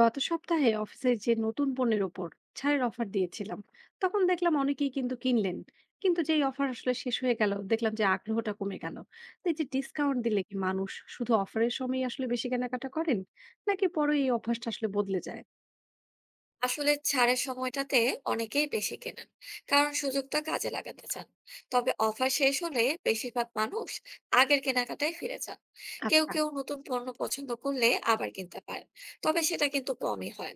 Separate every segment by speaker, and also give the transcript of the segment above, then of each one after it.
Speaker 1: গত সপ্তাহে অফিসের যে নতুন পণ্যের ওপর ছাড়ের অফার দিয়েছিলাম, তখন দেখলাম অনেকেই কিন্তু কিনলেন, কিন্তু যেই অফার আসলে শেষ হয়ে গেল দেখলাম যে আগ্রহটা কমে গেল। তো এই যে ডিসকাউন্ট দিলে কি মানুষ শুধু অফারের সময় আসলে বেশি কেনাকাটা করেন, নাকি পরে এই অভ্যাসটা আসলে বদলে যায়?
Speaker 2: আসলে ছাড়ের সময়টাতে অনেকেই বেশি কেনেন, কারণ সুযোগটা কাজে লাগাতে চান। তবে অফার শেষ হলে বেশিরভাগ মানুষ আগের কেনাকাটায় ফিরে যান। কেউ
Speaker 1: আচ্ছা।
Speaker 2: কেউ নতুন পণ্য পছন্দ করলে আবার কিনতে পারেন, তবে সেটা কিন্তু কমই হয়।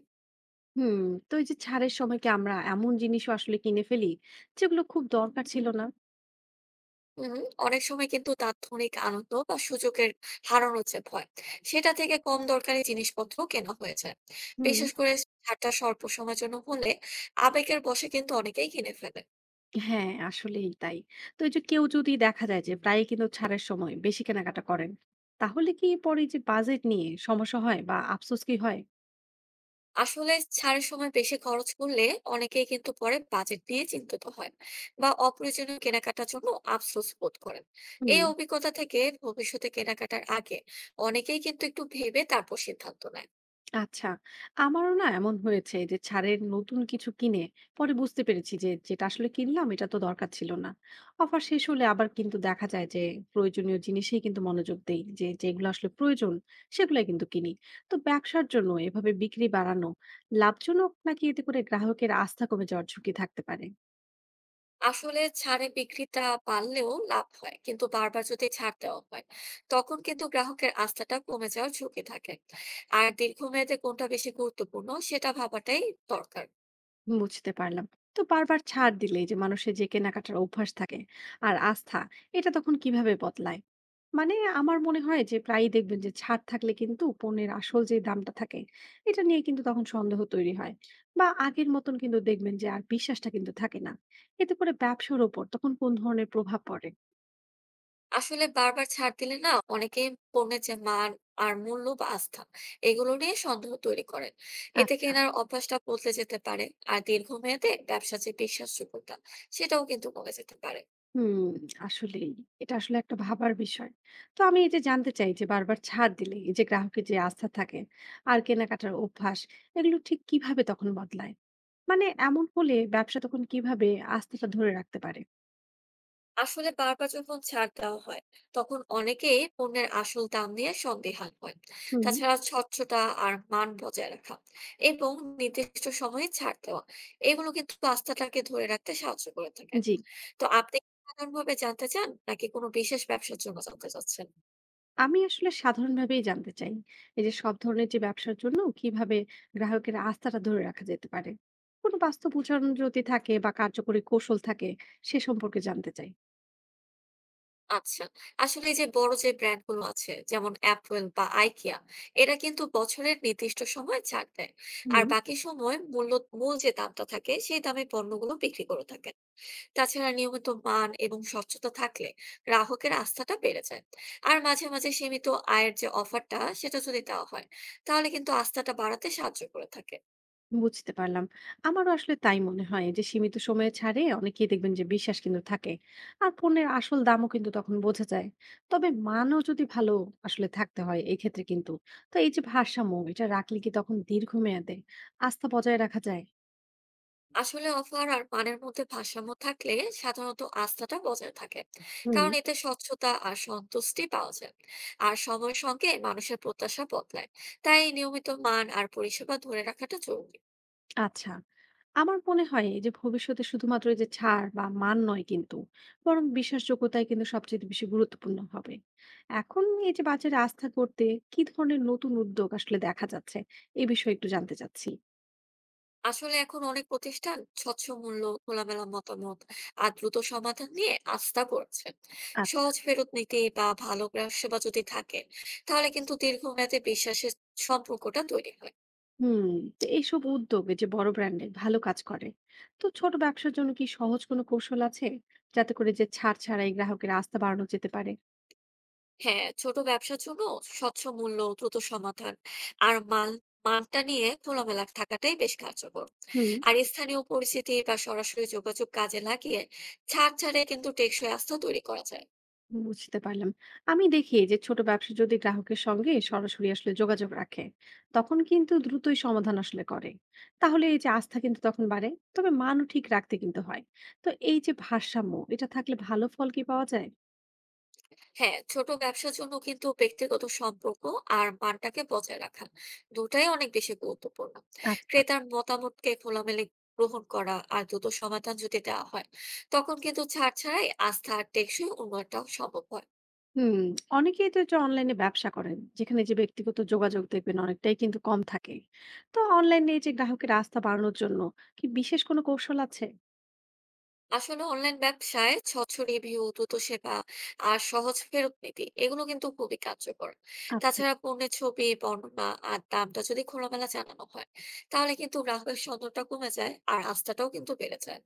Speaker 1: হুম। তো এই যে ছাড়ের সময় কি আমরা এমন জিনিসও আসলে কিনে ফেলি যেগুলো খুব দরকার ছিল না?
Speaker 2: হম অনেক সময় কিন্তু তাৎক্ষণিক আনন্দ বা সুযোগের হারানোর যে ভয়, সেটা থেকে কম দরকারি জিনিসপত্র কেনা হয়েছে।
Speaker 1: হুম।
Speaker 2: বিশেষ করে ছাড়টা স্বল্প সময়ের জন্য হলে আবেগের বশে কিন্তু অনেকেই কিনে ফেলে।
Speaker 1: হ্যাঁ, আসলেই তাই। তো এই যে কেউ যদি দেখা যায় যে প্রায়ই কিন্তু ছাড়ের সময় বেশি কেনাকাটা করেন, তাহলে কি পরে যে বাজেট নিয়ে সমস্যা হয় বা আফসোস কি হয়?
Speaker 2: আসলে ছাড়ের সময় বেশি খরচ করলে অনেকেই কিন্তু পরে বাজেট নিয়ে চিন্তিত হয় বা অপ্রয়োজনীয় কেনাকাটার জন্য আফসোস বোধ করেন।
Speaker 1: হুম।
Speaker 2: এই অভিজ্ঞতা থেকে ভবিষ্যতে কেনাকাটার আগে অনেকেই কিন্তু একটু ভেবে তারপর সিদ্ধান্ত নেয়।
Speaker 1: আচ্ছা, আমারও না এমন হয়েছে যে ছাড়ের নতুন কিছু কিনে পরে বুঝতে পেরেছি যে যেটা আসলে কিনলাম এটা তো দরকার ছিল না। অফার শেষ হলে আবার কিন্তু দেখা যায় যে প্রয়োজনীয় জিনিসেই কিন্তু মনোযোগ দেই, যে যেগুলো আসলে প্রয়োজন সেগুলাই কিন্তু কিনি। তো ব্যবসার জন্য এভাবে বিক্রি বাড়ানো লাভজনক, নাকি এতে করে গ্রাহকের আস্থা কমে যাওয়ার ঝুঁকি থাকতে পারে?
Speaker 2: আসলে ছাড়ে বিক্রিটা বাড়লেও লাভ হয়, কিন্তু বারবার যদি ছাড় দেওয়া হয় তখন কিন্তু গ্রাহকের আস্থাটা কমে যাওয়ার ঝুঁকি থাকে। আর দীর্ঘমেয়াদে কোনটা বেশি গুরুত্বপূর্ণ সেটা ভাবাটাই দরকার।
Speaker 1: বুঝতে পারলাম। তো বারবার ছাড় দিলে এই যে মানুষের যে কেনাকাটার অভ্যাস থাকে আর আস্থা, এটা তখন কিভাবে বদলায়? মানে, আমার মনে হয় যে প্রায়ই দেখবেন যে ছাড় থাকলে কিন্তু পণ্যের আসল যে দামটা থাকে, এটা নিয়ে কিন্তু তখন সন্দেহ তৈরি হয়, বা আগের মতন কিন্তু দেখবেন যে আর বিশ্বাসটা কিন্তু থাকে না। এতে করে ব্যবসার ওপর তখন কোন ধরনের প্রভাব পড়ে?
Speaker 2: আসলে বারবার ছাড় দিলে না অনেকে পণ্যের যে মান আর মূল্য বা আস্থা, এগুলো নিয়ে সন্দেহ তৈরি করেন। এতে
Speaker 1: আচ্ছা।
Speaker 2: কেনার অভ্যাসটা বদলে যেতে পারে। আর দীর্ঘমেয়াদে ব্যবসার যে বিশ্বাসযোগ্যতা, সেটাও কিন্তু কমে যেতে পারে।
Speaker 1: হুম। আসলেই, এটা আসলে একটা ভাবার বিষয়। তো আমি এই যে জানতে চাই যে বারবার ছাড় দিলে এই যে গ্রাহকের যে আস্থা থাকে আর কেনাকাটার অভ্যাস, এগুলো ঠিক কিভাবে তখন বদলায়। মানে, এমন হলে ব্যবসা তখন কিভাবে আস্থাটা ধরে রাখতে পারে?
Speaker 2: আসলে বারবার যখন ছাড় দেওয়া হয় তখন অনেকেই পণ্যের আসল দাম নিয়ে সন্দিহান হয়।
Speaker 1: হুম।
Speaker 2: তাছাড়া স্বচ্ছতা আর মান বজায় রাখা এবং নির্দিষ্ট সময়ে ছাড় দেওয়া, এগুলো কিন্তু আস্থাটাকে ধরে রাখতে সাহায্য করে থাকেন।
Speaker 1: জি।
Speaker 2: তো আপনি কি সাধারণভাবে জানতে চান, নাকি কোনো বিশেষ ব্যবসার জন্য জানতে চাচ্ছেন?
Speaker 1: আমি আসলে সাধারণভাবেই জানতে চাই, এই যে সব ধরনের যে ব্যবসার জন্য কিভাবে গ্রাহকের আস্থাটা ধরে রাখা যেতে পারে। কোনো বাস্তব উদাহরণ যদি থাকে বা কার্যকরী কৌশল থাকে, সে সম্পর্কে জানতে চাই।
Speaker 2: আচ্ছা, আসলে এই যে বড় যে ব্র্যান্ড গুলো আছে, যেমন অ্যাপল বা আইকিয়া, এরা কিন্তু বছরের নির্দিষ্ট সময় ছাড় দেয়। আর
Speaker 1: হুম।
Speaker 2: বাকি সময় মূল্য, মূল যে দামটা থাকে সেই দামে পণ্যগুলো বিক্রি করে থাকে। তাছাড়া নিয়মিত মান এবং স্বচ্ছতা থাকলে গ্রাহকের আস্থাটা বেড়ে যায়। আর মাঝে মাঝে সীমিত আয়ের যে অফারটা সেটা যদি দেওয়া হয়, তাহলে কিন্তু আস্থাটা বাড়াতে সাহায্য করে থাকে।
Speaker 1: বুঝতে পারলাম। আমারও আসলে তাই মনে হয় যে সীমিত সময়ে ছাড়ে অনেকেই দেখবেন যে বিশ্বাস কিন্তু থাকে। আর পণ্যের আসল দামও কিন্তু তখন বোঝা যায়। তবে মানও যদি ভালো আসলে থাকতে হয় এই ক্ষেত্রে কিন্তু। তো এই যে ভারসাম্য, এটা রাখলে কি তখন দীর্ঘমেয়াদে আস্থা বজায় রাখা যায়?
Speaker 2: আসলে অফার আর মানের মধ্যে ভারসাম্য থাকলে সাধারণত আস্থাটা বজায় থাকে,
Speaker 1: হুম।
Speaker 2: কারণ এতে স্বচ্ছতা আর সন্তুষ্টি পাওয়া যায়। আর সময়ের সঙ্গে মানুষের প্রত্যাশা বদলায়, তাই নিয়মিত মান আর পরিষেবা ধরে রাখাটা জরুরি।
Speaker 1: আচ্ছা, আমার মনে হয় এই যে ভবিষ্যতে শুধুমাত্র এই যে ছাড় বা মান নয় কিন্তু, বরং বিশ্বাসযোগ্যতাই কিন্তু সবচেয়ে বেশি গুরুত্বপূর্ণ হবে। এখন এই যে বাজারে আস্থা করতে কি ধরনের নতুন উদ্যোগ আসলে দেখা যাচ্ছে, এই বিষয়ে একটু জানতে চাচ্ছি।
Speaker 2: আসলে এখন অনেক প্রতিষ্ঠান স্বচ্ছ মূল্য, খোলামেলা মতামত আর দ্রুত সমাধান নিয়ে আস্থা করছে।
Speaker 1: আচ্ছা।
Speaker 2: সহজ ফেরত নীতি বা ভালো গ্রাহক সেবা যদি থাকে, তাহলে কিন্তু দীর্ঘমেয়াদে বিশ্বাসের সম্পর্কটা তৈরি হয়।
Speaker 1: হুম। তো এইসব উদ্যোগে যে বড় ব্র্যান্ডে ভালো কাজ করে, তো ছোট ব্যবসার জন্য কি সহজ কোনো কৌশল আছে যাতে করে যে ছাড় ছাড়াই গ্রাহকের আস্থা বাড়ানো যেতে পারে?
Speaker 2: হ্যাঁ, ছোট ব্যবসার জন্য স্বচ্ছ মূল্য, দ্রুত সমাধান আর মান, মানটা নিয়ে খোলামেলা থাকাটাই বেশ কার্যকর।
Speaker 1: হুম।
Speaker 2: আর স্থানীয় পরিচিতি বা সরাসরি যোগাযোগ কাজে লাগিয়ে ছাড় ছাড়ে কিন্তু টেকসই আস্থা তৈরি করা যায়।
Speaker 1: বুঝতে পারলাম। আমি দেখি যে ছোট ব্যবসা যদি গ্রাহকের সঙ্গে সরাসরি আসলে যোগাযোগ রাখে, তখন কিন্তু দ্রুতই সমাধান আসলে করে। তাহলে এই যে আস্থা কিন্তু তখন বাড়ে। তবে মানও ঠিক রাখতে কিন্তু হয়। তো এই যে ভারসাম্য, এটা থাকলে ভালো ফল কি পাওয়া যায়?
Speaker 2: হ্যাঁ, ছোট ব্যবসার জন্য কিন্তু ব্যক্তিগত সম্পর্ক আর মানটাকে বজায় রাখা দুটাই অনেক বেশি গুরুত্বপূর্ণ।
Speaker 1: আচ্ছা।
Speaker 2: ক্রেতার মতামতকে খোলামেলা গ্রহণ করা আর দ্রুত সমাধান যদি দেওয়া হয়, তখন কিন্তু ছাড় ছাড়াই আস্থা আর টেকসই উন্নয়নটাও সম্ভব হয়।
Speaker 1: হুম, অনেকেই তো যে অনলাইনে ব্যবসা করেন, যেখানে যে ব্যক্তিগত যোগাযোগ দেখবেন অনেকটাই কিন্তু কম থাকে। তো অনলাইনে এই যে গ্রাহকের আস্থা বাড়ানোর জন্য কি বিশেষ কোনো কৌশল আছে?
Speaker 2: আসলে অনলাইন ব্যবসায় স্বচ্ছ রিভিউ, দ্রুত সেবা আর সহজ ফেরত নীতি, এগুলো কিন্তু খুবই কার্যকর।
Speaker 1: আচ্ছা।
Speaker 2: তাছাড়া পণ্যের ছবি, বর্ণনা আর দামটা যদি খোলামেলা জানানো হয়, তাহলে কিন্তু গ্রাহকের সন্তোষটা কমে যায় আর আস্থাটাও কিন্তু বেড়ে যায়।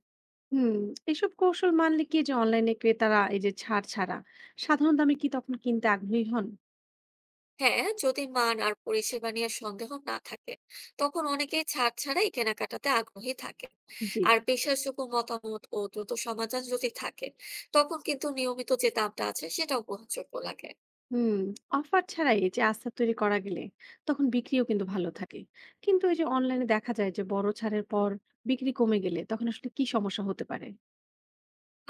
Speaker 1: হুম, এসব কৌশল মানলে কি যে অনলাইনে ক্রেতারা এই যে ছাড় ছাড়া সাধারণ দামে কি তখন কিনতে আগ্রহী হন?
Speaker 2: হ্যাঁ, যদি মান আর পরিষেবা নিয়ে সন্দেহ না থাকে, তখন অনেকেই ছাড় ছাড়াই কেনাকাটাতে আগ্রহী থাকে।
Speaker 1: জি।
Speaker 2: আর বিশ্বাসযোগ্য মতামত ও দ্রুত সমাধান যদি থাকে, তখন কিন্তু নিয়মিত যে দামটা আছে সেটাও গ্রহণযোগ্য লাগে।
Speaker 1: হুম, অফার ছাড়াই এই যে আস্থা তৈরি করা গেলে তখন বিক্রিও কিন্তু ভালো থাকে। কিন্তু এই যে অনলাইনে দেখা যায় যে বড় ছাড়ের পর বিক্রি কমে গেলে তখন আসলে কি সমস্যা হতে পারে?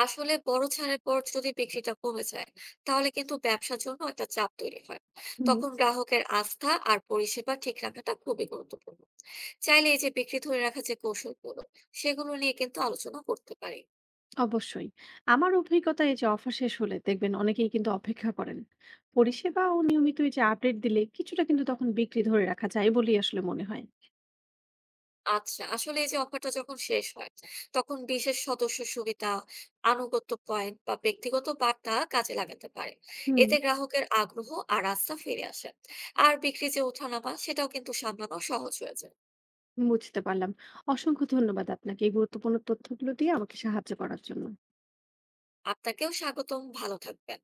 Speaker 2: আসলে বড় ছাড়ের পর যদি বিক্রিটা কমে যায়, তাহলে কিন্তু ব্যবসার জন্য একটা চাপ তৈরি হয়।
Speaker 1: হুম।
Speaker 2: তখন গ্রাহকের আস্থা আর পরিষেবা ঠিক রাখাটা খুবই গুরুত্বপূর্ণ। চাইলে এই যে বিক্রি ধরে রাখা যে কৌশলগুলো, সেগুলো নিয়ে কিন্তু আলোচনা করতে পারি।
Speaker 1: অবশ্যই। আমার অভিজ্ঞতা, এই যে অফার শেষ হলে দেখবেন অনেকেই কিন্তু অপেক্ষা করেন। পরিষেবা ও নিয়মিত এই যে আপডেট দিলে কিছুটা কিন্তু তখন বিক্রি ধরে রাখা যায় বলেই আসলে মনে হয়।
Speaker 2: আচ্ছা, আসলে এই যে অফারটা যখন শেষ হয়, তখন বিশেষ সদস্য সুবিধা, আনুগত্য পয়েন্ট বা ব্যক্তিগত বার্তা কাজে লাগাতে পারে।
Speaker 1: হুম।
Speaker 2: এতে গ্রাহকের আগ্রহ আর আস্থা ফিরে আসে। আর বিক্রি যে ওঠানামা, সেটাও কিন্তু সামলানো সহজ হয়ে যায়।
Speaker 1: বুঝতে পারলাম। অসংখ্য ধন্যবাদ আপনাকে এই গুরুত্বপূর্ণ তথ্যগুলো দিয়ে আমাকে সাহায্য করার জন্য।
Speaker 2: আপনাকেও স্বাগতম, ভালো থাকবেন।